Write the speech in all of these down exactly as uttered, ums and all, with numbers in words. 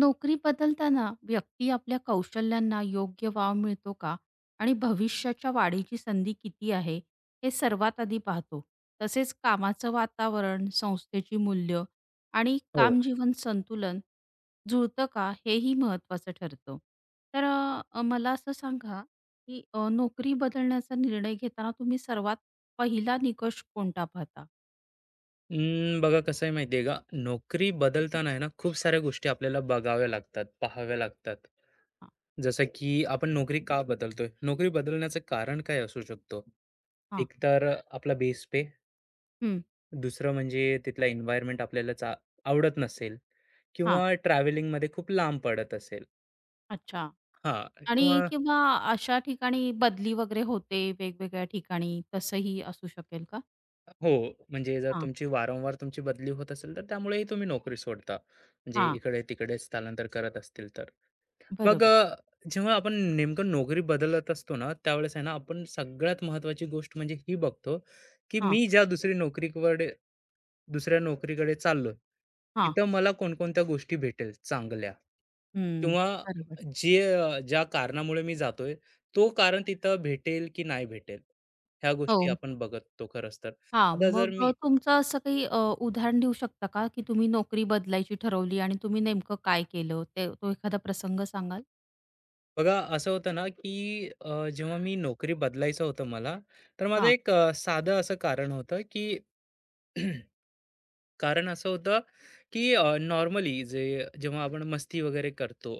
नोकरी बदलताना व्यक्ती आपल्या कौशल्यांना योग्य वाव मिळतो का आणि भविष्याच्या वाढीची संधी किती आहे हे सर्वात आधी पाहतो. तसेच कामाचं वातावरण, संस्थेची मूल्य आणि हो. कामजीवन संतुलन जुळतं का हेही महत्त्वाचं ठरतं. तर अ, मला असं सांगा, की अ, नोकरी बदलण्याचा निर्णय घेताना तुम्ही सर्वात पहिला निकष कोणता पाहता? अं, बघा कसं आहे माहिती का? नोकरी बदलताना आहे ना, खूप साऱ्या गोष्टी आपल्याला बघाव्या लागतात, पाहाव्या लागतात. हां. जसं की आपण नोकरी का बदलतोय? नोकरी बदलण्याचं कारण काय असू शकतो? हां. एक तर आपला बेस पे, हं, दुसरं म्हणजे तिथला एन्व्हायर्नमेंट आपल्याला चा आवडत नसेल हां. किंवा ट्रॅव्हलिंगमध्ये खूप लांब पडत असेल. अच्छा. हां. आणि किंवा किंवा अशा ठिकाणी बदली वगैरे होते वेगवेगळ्या ठिकाणी, तसंही असू शकेल का? हो, म्हणजे जर हां, तुमची वारंवार तुमची बदली होत असेल, तर त्यामुळेही तुम्ही नोकरी सोडता. म्हणजे हां. इकडे-तिकडे स्थलांतर करत असतील तर. मग बरोबर. अ, जेव्हा आपण नेमकं नोकरी बदलत असतो ना, त्यावेळेस आहे ना, आपण सगळ्यात महत्त्वाची गोष्ट म्हणजे ही बघतो, की हां, मी ज्या दुसरी नोकरीकडे दुसऱ्या नोकरीकडे चाललोय, हां. तिथं मला कोणकोणत्या गोष्टी भेटेल चांगल्या हं. किंवा बरोबर. जे अ, ज्या कारणामुळे मी जातोय, तो कारण तिथं भेटेल की नाही भेटेल, ह्या हो. गोष्टी आपण बघतो खरंच तर. हां. आता जर मग अ, मी तुमचं असं काही अ, उदाहरण देऊ शकता का, की तुम्ही नोकरी बदलायची ठरवली आणि तुम्ही नेमकं काय केलं? ते तो एखादा प्रसंग सांगाल? बघा असं होतं ना, की अ, जेव्हा मी नोकरी बदलायचं होतं मला, तर माझं हां, एक अ, साधं असं कारण होतं, की कारण असं होतं, की नॉर्मली जे जेव्हा आपण मस्ती वगैरे करतो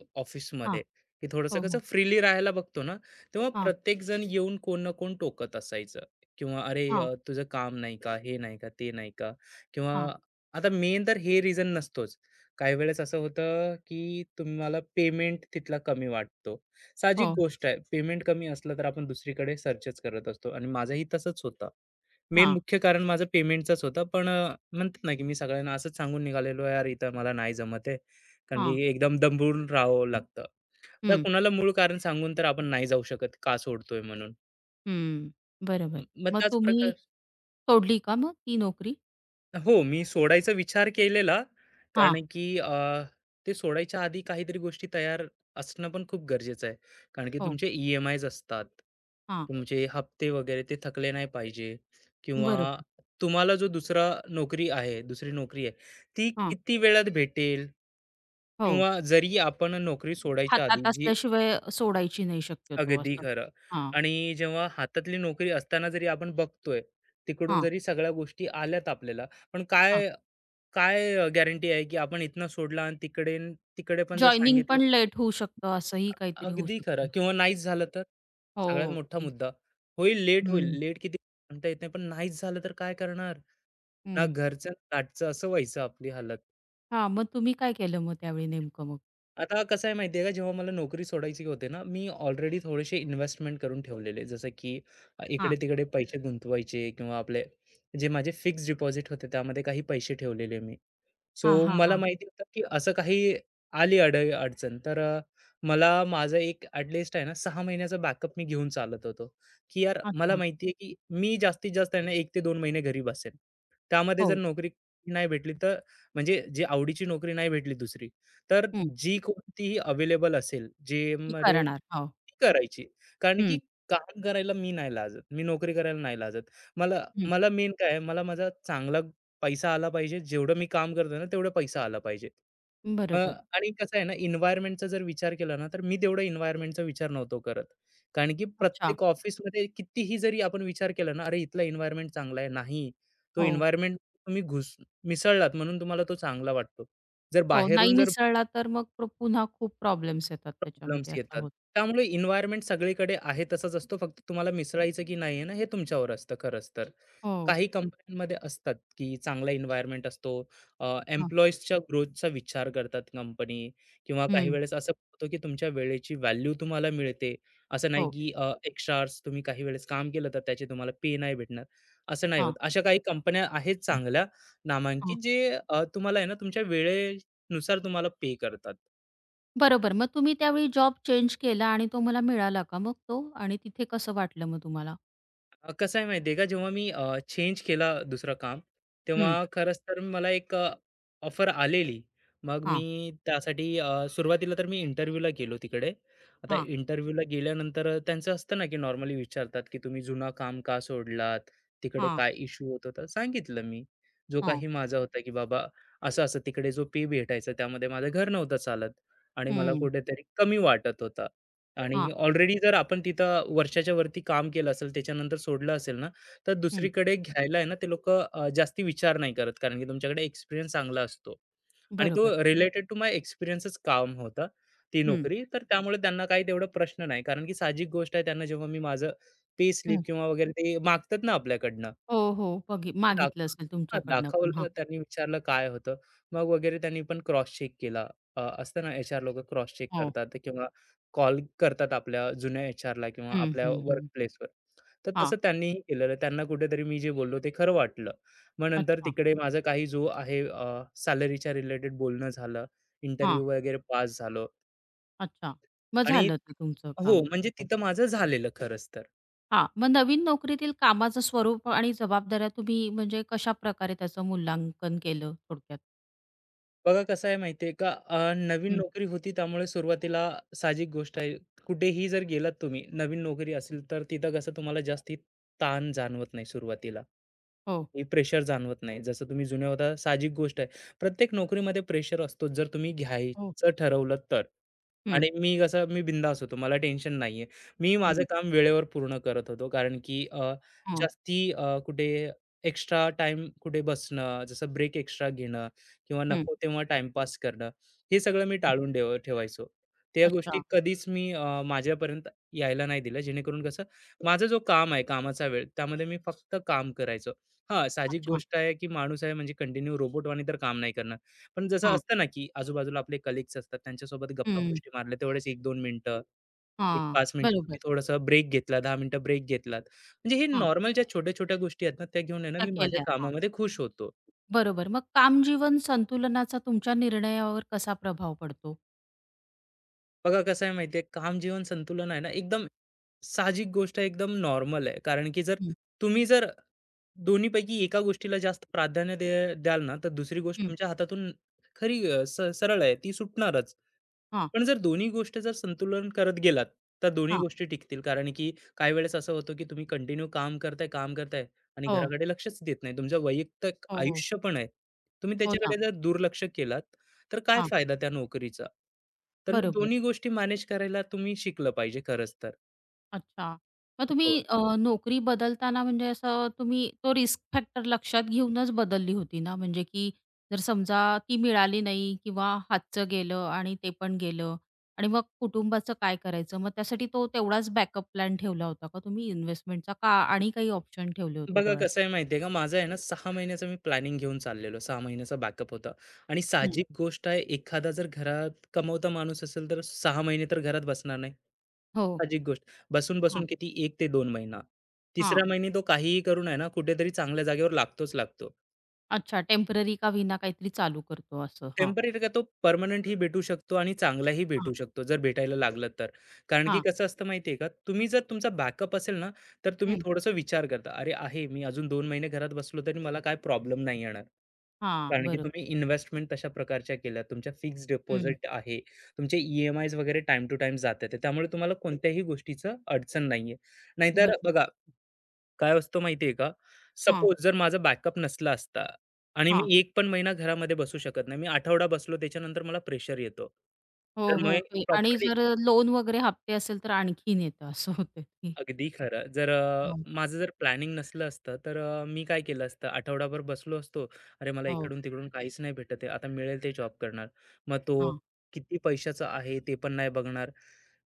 हां. ऑफिसमध्ये, की थोडंसं हो, कसं हो. फ्रीली राहायला बघतो ना, तेव्हा हां, प्रत्येकजण येऊन कोण ना कोण टोकत असायचं किंवा "अरे हां, अ, तुझं काम नाही का? हे नाही का? ते नाही का?" किंवा हां. आता मेन तर हे रिझन नसतोच. काही वेळेस असं होतं, की तुम्हाला पेमेंट तिथला कमी वाटतो. हो, साहजिक हो. गोष्ट आहे. पेमेंट कमी असलं तर आपण दुसरीकडे सर्चच करत असतो आणि माझंही तसंच होतं. मेन हां, मुख्य कारण माझं पेमेंटचंच होतं. पण अ, म्हणतात ना, की मी सगळ्यांना असंच सांगून निघालेलो, "यार, इथं मला नाही जमत आहे." कारण हां. की एकदम दंबून राहावं लागतं. आता हं, कुणाला मूळ कारण सांगून तर आपण नाही जाऊ शकत, का सोडतोय म्हणून. हं. म बरोबर. मग मग त्याच तुम्ही प्रकार सोडली का मग ती नोकरी? हो, मी सोडायचा विचार केलेला. हां. कारण की अ, ते सोडायच्या आधी काहीतरी गोष्टी तयार असणं पण खूप गरजेचं आहे. कारण की हो. तुमचे ई-एम-आयज असतात. हां. तुमचे हप्ते वगैरे ते थकले नाही पाहिजे किंवा बरोबर. तुम्हाला जो दुसरा नोकरी आहे, दुसरी नोकरी आहे, ती किती वेळात भेटेल? हो. किंवा जरी आपण नोकरी सोडायच्या आधी हातात जी असल्याशिवाय सोडायची नाही शक्यतो अगदी असं. खरं. हां, आणि जेव्हा हातातली नोकरी असताना जरी आपण बघतोय, तिकडून हां. जरी सगळ्या गोष्टी आल्यात आपल्याला, पण हां. काय काय अ, गॅरंटी आहे, की आपण इथनं सोडलं आणि तिकडे तिकडे पण जर जॉइनिंग सांगितलं पण लेट होऊ शकतं, असंही काहीतरी होऊ अगदी खरं शकतं. किंवा नाहीच झालं तर? सगळ्यात हो. मोठा ती मुद्दा. होईल, लेट होईल. हं. लेट किती सांगता येत नाही, पण नाहीच झालं तर काय करणार? ना हं. घरचं, ना असं व्हायचं आपली हालत. हां, मग तुम्ही काय केलं मग त्यावेळी नेमकं मग? आता कसं आहे माहिती आहे का, जेव्हा मला नोकरी सोडायची होते ना, मी ऑलरेडी थोडेसे इन्व्हेस्टमेंट करून ठेवलेले. जसं की अ, हां. इकडे-तिकडे पैसे गुंतवायचे किंवा आपले जे माझे फिक्स डिपॉझिट होते, त्यामध्ये काही पैसे ठेवलेले मी. सो हां, हां, मला हां. माहिती होतं की असं काही आली अड अडचण तर अ, मला माझं एक ॲटलीस्ट आहे ना सहा महिन्याचा बॅकअप मी घेऊन चालत होतो, की यार मला अच्छा. माहिती आहे की मी जास्तीत जास्त आहे ना एक ते दोन महिने घरी बसेन. त्यामध्ये जर हो. नोकरी नाही भेटली तर म्हणजे जी आवडीची नोकरी नाही भेटली दुसरी, तर हं. जी कोणतीही अवेलेबल असेल ती जेमध्ये करणार. हो. ती करायची. कारण की हं, काम करायला मी नाही लाजत. मी नोकरी करायला नाही लाजत. मला हं. मला मेन काय आहे मला माझा चांगला पैसा आला पाहिजे. जेवढं मी काम करतोय ना, तेवढा पैसा आला पाहिजे. अ, बरोबर. आणि कसं आहे ना, एन्व्हायर्नमेंटचा जर विचार केला ना, तर मी तेवढा एन्व्हायर्नमेंटचा विचार नव्हतो करत. कारण की अच्छा. प्रत्येक ऑफिसमध्ये कितीही जरी आपण विचार केला ना, "अरे, इथला एन्व्हायर्नमेंट चांगला आहे." नाही, तो हो. एन्व्हायर्नमेंट तुम्ही घुस मिसळलात म्हणून तुम्हाला तो चांगला वाटतो. जर हो, नाही बाहेरून जर मिसळला तर मग प्र पुन्हा खूप प्रॉब्लेम्स येतात प्रॉब्लेम्स त्याच्यामध्ये, असं येतात, होतं. त्यामुळे एन्व्हायर्नमेंट सगळीकडे आहे तसाच असतो. फक्त तुम्हाला मिसळायचं की नाही आहे ना, हे तुमच्यावर असतं खरंच तर. हो. काही कंपन्यांमध्ये असतात की चांगला एन्व्हायरमेंट असतो हां. एम्प्लॉईजच्या ग्रोथचा विचार करतात कंपनी किंवा काही हं. वेळेस असं होतं की तुमच्या वेळेची व्हॅल्यू तुम्हाला मिळते असं नाही हो. की एक्स्ट्रा आवर्स तुम्ही काही वेळेस काम केलं तर त्याचे तुम्हाला पे नाही भेटणार असं नाही होत अशा काही कंपन्या आहेत चांगल्या हां. नामांकित जे अ, तुम्हाला आहे ना तुमच्या वेळेनुसार तुम्हाला पे करतात. बरोबर. मग तुम्ही त्यावेळी जॉब चेंज केला आणि तो मला मिळाला का मग तो? आणि तिथे कसं वाटलं मग तुम्हाला? अ, कसं आहे माहिती का, जेव्हा मी चेंज केला दुसरं काम, तेव्हा हं. खरंच तर मला एक अ, ऑफर आलेली. मग मी हां, त्यासाठी अ, सुरुवातीला तर मी इंटरव्ह्यूला गेलो तिकडे. आता हां, इंटरव्ह्यूला गेल्यानंतर त्यांचं असतं ना, की नॉर्मली विचारतात, की "तुम्ही जुनं काम का सोडलात? तिकडे हां, काय इश्यू होत होता?" सांगितलं मी. जो हां, काही माझा होता, की बाबा असं-असं तिकडे जो पे भेटायचा त्यामध्ये माझं घर नव्हतं चालत आणि मला हं, कुठेतरी कमी वाटत होतं. आणि हां, ऑलरेडी जर आपण तिथं वर्षाच्या वरती काम केलं असेल, त्याच्यानंतर सोडलं असेल ना, तर हं, दुसरीकडे घ्यायला आहे ना, ते लोकं अ, जास्ती विचार नाही करत. कारण की तुमच्याकडे एक्सपिरियन्स चांगला असतो आणि तो बरोबर. रिलेटेड टू माय एक्सपिरियन्सच काम होता, ती हं. नोकरी. तर त्यामुळे त्यांना काही तेवढा प्रश्न नाही. कारण की साहजिक गोष्ट आहे त्यांना जेव्हा मी माझं पे स्लिप हं. किंवा वगैरे ते मागतात ना आपल्याकडनं. हो, हो. बघी ते दाख मागितलं असेल हां, तुमच्याकडनं पण. दाखवलं. हां. त्यांनी विचारलं काय होतं. मग वगैरे त्यांनी पण क्रॉस चेक केला. अ, असतं ना एच-आर लोकं क्रॉस चेक हो. करतात किंवा कॉल करतात आपल्या जुन्या एचआरला किंवा हं, आपल्या हं, हं. वर्कप्लेसवर. तर हां. तसं त्यांनीही केलेलं. त्यांना कुठेतरी मी जे बोललो ते खरं वाटलं. मग नंतर अच्छा. तिकडे माझा काही जो आहे अ, सॅलरीच्या रिलेटेड बोलणं झालं, हां. इंटरव्ह्यू वगैरे पास झालो अच्छा. मग आणि झालं ते तुमचं हो, काम. म्हणजे तिथं माझं झालेलं खरंच तर. हां. मग नवीन नोकरीतील कामाचं स्वरूप आणि जबाबदाऱ्या तुम्ही म्हणजे कशाप्रकारे त्याचं मूल्यांकन केलं थोडक्यात? बघा कसं आहे माहिती का, अ, नवीन हं. नोकरी होती त्यामुळे सुरुवातीला साहजिक गोष्ट आहे, कुठेही जर गेलात तुम्ही नवीन नोकरी असेल तर तिथं कसं तुम्हाला जास्ती ताण जाणवत नाही सुरुवातीला, हो. प्रेशर जाणवत नाही जसं तुम्ही जुन्या होता. साहजिक गोष्ट आहे, प्रत्येक नोकरीमध्ये प्रेशर असतो जर तुम्ही हो. घ्यायचं ठरवलं तर. हं, आणि मी कसं, मी बिंदास होतो, मला टेन्शन नाहीये. मी माझं हं. काम वेळेवर पूर्ण करत होतो, कारण की अ, हां. जास्ती अ, कुठे एक्स्ट्रा टाइम कुठे बसणं जसं ब्रेक एक्स्ट्रा घेणं किंवा हं. नको तेव्हा टाईमपास करणं, हे सगळं मी टाळून ठेव ठेवायचो. त्या गोष्टी अच्छा, कधीच मी अ, माझ्यापर्यंत यायला नाही दिलं. जेणेकरून कसं माझा जो काम आहे, कामाचा वेळ, त्यामध्ये मी फक्त काम करायचो. हां, साहजिक अच्छा. गोष्ट आहे, की माणूस आहे म्हणजे कंटिन्यू रोबोटवाणी तर काम नाही करणार. पण जसं हां. असतं ना, की आजूबाजूला आपले कलीग्स असतात, त्यांच्यासोबत हं. गप्पा-गोष्टी मारल्या, तेवढेच एक दोन मिनिटं, एक हां. पाच मिनिटं तुम्ही बरोबर. थोडासा ब्रेक घेतला, दहा मिनिटं ब्रेक घेतलात. म्हणजे हे हां. नॉर्मल ज्या छोट्या-छोट्या गोष्टी आहेत ना, त्या घेऊन आहे ना, त्या मी माझ्या केल्या. हां. कामामध्ये खुश होतो. बरोबर. मग कामजीवन संतुलनाचा तुमच्या निर्णयावर कसा प्रभाव पडतो? बघा कसं आहे माहितीये, काम जीवन संतुलन आहे ना, एकदम साहजिक गोष्ट आहे, एकदम नॉर्मल आहे. कारण की जर हं, तुम्ही जर दोन्हीपैकी एका गोष्टीला जास्त प्राधान्य दे द्याल ना, तर दुसरी गोष्ट हं. तुमच्या हातातून खरी, अ, स सरळ आहे, ती सुटणारच. हां, पण जर दोन्ही गोष्ट जर संतुलन करत गेलात, तर दोन्ही हां. गोष्टी टिकतील. कारण की काही वेळेस असं होतं, की तुम्ही कंटिन्यू काम करताय, काम करताय आणि हो, घराकडे लक्षच देत नाही. तुमचं वैयक्तिक हो, हो. आयुष्य पण आहे. तुम्ही हो ना. त्याच्याकडे जर दुर्लक्ष केलात, तर काय हां. फायदा त्या नोकरीचा? तर मी बरोबर. दोन्ही गोष्टी मॅनेज करायला तुम्ही शिकलं पाहिजे खरंच तर. अच्छा. मग हो. तुम्ही अ, नोकरी बदलताना म्हणजे असं तुम्ही तो रिस्क फॅक्टर लक्षात घेऊनच बदलली होती ना? म्हणजे की जर समजा ती मिळाली नाही किंवा हातचं गेलं आणि ते पण गेलं आणि मग कुटुंबाचं काय करायचं? मग त्यासाठी तो तेवढाच बॅकअप प्लॅन ठेवला होता का तुम्ही इन्व्हेस्टमेंटचा का, आणि काही ऑप्शन ठेवले होते बघा कसं डोळ्यासमोर? आहे माहिती का, माझं आहे ना सहा महिन्याचं मी प्लॅनिंग घेऊन चाललेलो. सहा महिन्याचा बॅकअप होता आणि हं. साहजिक गोष्ट आहे, एखादा जर घरात कमवता माणूस असेल, तर सहा महिने तर घरात बसणार नाही. हो. साहजिक गोष्ट. बसून-बसून हां, किती, एक ते दोन महिना. हां. तिसऱ्या महिने तो काहीही करून आहे ना, कुठेतरी चांगल्या जागेवर लागतोच लागतो. अच्छा, टेम्पररी का विना काहीतरी चालू करतो असं. हां, टेम्पररी का, तो पर्मनंटही भेटू शकतो आणि चांगलाही हां, भेटू शकतो, जर भेटायला लागलं तर. कारण की हां. कसं असतं माहिती आहे का, तुम्ही जर, तुमचा बॅकअप असेल ना, तर तुम्ही हं. थोडंसं विचार करता, "अरे आहे, मी अजून दोन महिने घरात बसलो तरी मला काय प्रॉब्लेम नाही येणार." हां, कारण की बरोबर. तुम्ही इन्व्हेस्टमेंट तशा प्रकारच्या केल्या, तुमच्या फिक्स्ड हं, डिपॉझिट आहे, तुमचे ई वगैरे टाईम टू टाईम जात आहेत. त्यामुळे तुम्हाला कोणत्याही गोष्टीचं अडचण नाहीये. बरोबर. नाहीतर बघा काय असतो माहिती आहे का? हां, सपोज जर माझा बॅकअप नसला असता आणि हां. मी एक पण महिना घरामध्ये बसू शकत नाही. मी आठवडा बसलो त्याच्यानंतर मला प्रेशर येतो. तर हो, मग हो. ते, आणि प्रॉपरली जर लोन वगैरे हप्ते असेल तर आणखीन येतं, असं होतं ते. अगदी खरं. जर, अ, हो, माझं जर प्लॅनिंग नसलं असतं, तर, अ, मी काय केलं असतं, आठवडाभर बसलो असतो. अरे, मला हो. इकडून-तिकडून काहीच नाही भेटत आहे. आता मिळेल ते जॉब करणार. मग तो हां, किती पैशाचा आहे ते पण नाही बघणार.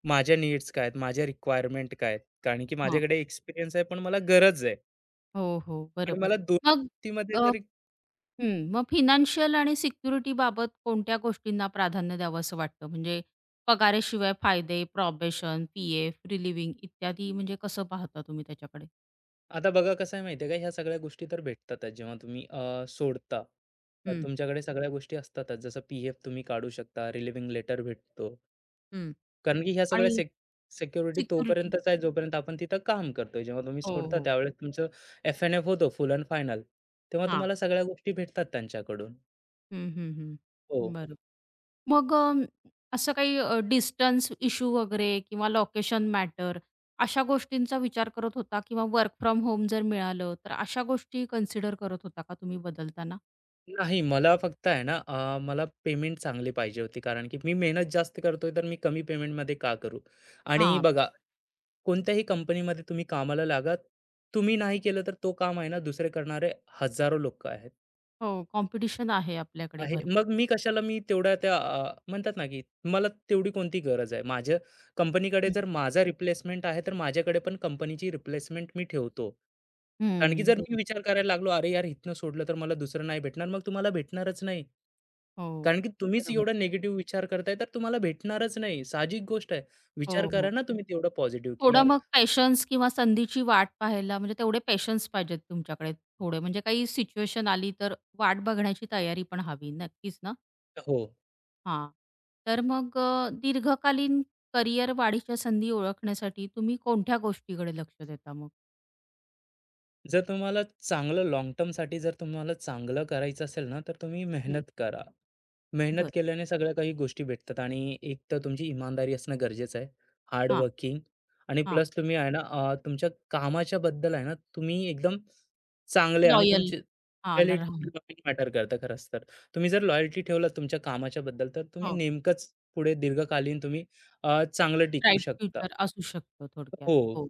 माझ्या नीड्स काय आहेत? माझ्या रिक्वायरमेंट काय आहेत? कारण की हां. माझ्याकडे एक्सपिरियन्स आहे, पण मला गरज आहे हो, हो. आणि बरोबर. मला मग दोन्हीमध्ये अ, हं. मग फायनान्शियल आणि सिक्युरिटीबाबत कोणत्या गोष्टींना प्राधान्य द्यावं असं वाटतं? म्हणजे पगाराशिवाय फायदे, प्रॉबेशन, पी एफ, रिलिव्हिंग इत्यादी, म्हणजे कसं पाहता तुम्ही त्याच्याकडे? आता बघा कसं आहे माहिती का, ह्या सगळ्या गोष्टी तर भेटतातच जेव्हा तुम्ही अ, सोडता. तर हं, तुमच्याकडे सगळ्या गोष्टी असतातच. जसं पी-एफ तुम्ही काढू शकता, रिलिव्हिंग लेटर भेटतो. हं. कारण की ह्या सगळ्या आणि सेक सिक्युरिटी सिक्युरिटी तोपर्यंतच आहे जोपर्यंत आपण तिथं काम करतोय. जेव्हा तुम्ही हो, सोडता हो. त्यावेळेस तुमचं एफ-एन-एफ होतो, फुल अँड फायनल. तेव्हा हां. तुम्हाला सगळ्या गोष्टी भेटतात त्यांच्याकडून. हं, हं, हो. हं. बरोबर. मग अ, असं काही अ, डिस्टन्स इश्यू वगैरे किंवा लोकेशन मॅटर, अशा गोष्टींचा विचार करत होता, किंवा वर्क फ्रॉम होम जर मिळालं, तर अशा गोष्टी कन्सिडर करत होता का तुम्ही बदलताना? नाही, मला फक्त आहे ना, अ, मला पेमेंट चांगली पाहिजे होती. कारण की मी मेहनत जास्त करतोय तर मी कमी पेमेंटमध्ये का करू? आणि हां, बघा, बरोबर. कोणत्याही कंपनीमध्ये तुम्ही कामाला लागा, तुम्ही नाही केलं तर तो काम आहे ना, दुसरे करणारे हजारो लोकं आहेत. हो, कॉम्पिटिशन आहे आपल्याकडे आहे. मग भरपूर. मी कशाला, मी तेवढ्या त्या अ, म्हणतात ना, की मला तेवढी कोणती गरज आहे. माझ्या कंपनीकडे हं, जर माझा रिप्लेसमेंट आहे, तर माझ्याकडे पण कंपनीची रिप्लेसमेंट मी ठेवतो. कारण की हं, जर मी बरोबर. विचार करायला लागलो, "अरे यार, इथनं सोडलं तर मला दुसरं नाही भेटणार." मग तुम्हाला भेटणारच नाही. हो, कारण की तुम्हीच एवढा बरोबर. निगेटिव्ह विचार करताय, तर तुम्हाला भेटणारच नाही. साहजिक गोष्ट आहे. विचार हो, करा हो. ना तुम्ही तेवढा पॉझिटिव्ह, की थोडं यार, मग पेशन्स किंवा संधीची वाट पाहायला, म्हणजे तेवढे पेशन्स पाहिजेत तुमच्याकडे थोडे, म्हणजे काही सिच्युएशन आली तर वाट बघण्याची तयारी पण हवी. नक्कीच ना? हो. हां. तर मग अ, दीर्घकालीन करिअर वाढीच्या संधी ओळखण्यासाठी तुम्ही कोणत्या गोष्टीकडे लक्ष देता मग? जर तुम्हाला चांगलं लाँग टर्मसाठी, जर तुम्हाला चांगलं करायचं असेल ना, तर तुम्ही हं. मेहनत करा. मेहनत बरं. केल्याने सगळ्या काही गोष्टी भेटतात आणि एक तर तुमची इमानदारी असणं गरजेचं आहे, हार्ड हां, वर्किंग आणि हां. प्लस तुम्ही आहे ना, अ, तुमच्या कामाच्या बद्दल आहे ना, तुम्ही एकदम चांगले आणि लॉयल. तुमची हां, ल राहणं. लॉयल्टी मॅटर करतं खरंच तर. तुम्ही जर लॉयल्टी ठेवलात तुमच्या कामाच्या बद्दल, तर तुम्ही हो. नेमकंच पुढे दीर्घकालीन तुम्ही अ, चांगलं टिकू ब्राईट शकता. फ्युचर असू शकतं थोडक्यात. हो. हो.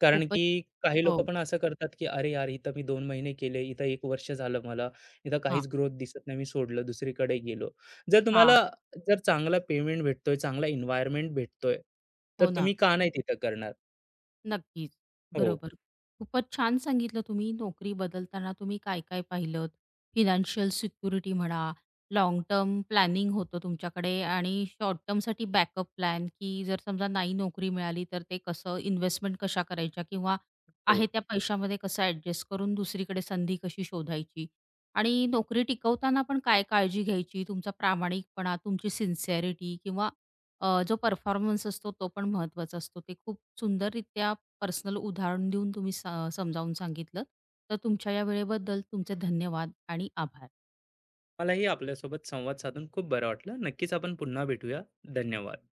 कारण खूपच की काही लोकं हो. पण असं करतात, की "अरे यार, इथं मी दोन महिने केले, इथं एक वर्ष झालं मला, इथं हां, काहीच ग्रोथ दिसत नाही, मी सोडलं, दुसरीकडे गेलो." जर तुम्हाला हां. जर चांगला पेमेंट भेटतोय, चांगला एन्व्हायर्नमेंट भेटतोय, तर हो ना. तुम्ही का नाही तिथं करणार? नक्कीच. हो, बरोबर. खूपच छान सांगितलं. तुम्ही नोकरी बदलताना तुम्ही काय-काय पाहिलत? फिनान्शियल सिक्युरिटी म्हणा, लॉंग टर्म प्लॅनिंग होतं तुमच्याकडे, आणि शॉर्ट टर्मसाठी बॅकअप प्लॅन, की जर समजा नाही नोकरी मिळाली तर ते कसं, इन्व्हेस्टमेंट कशा करायच्या, किंवा हो. आहे त्या पैशामध्ये कसं ॲडजस्ट करून दुसरीकडे संधी कशी शोधायची? आणि नोकरी टिकवताना पण काय काळजी घ्यायची? तुमचा प्रामाणिकपणा, तुमची सिन्सिअरिटी, किंवा अ, जो परफॉर्मन्स असतो तो पण महत्त्वाचा असतो. ते खूप सुंदररित्या पर्सनल उदाहरण देऊन तुम्ही सा समजावून सांगितलं. तर तुमच्या या वेळेबद्दल तुमचे धन्यवाद आणि आभार. मलाही आपल्यासोबत संवाद साधून खूप बरं वाटलं. नक्कीच आपण पुन्हा भेटूया. धन्यवाद.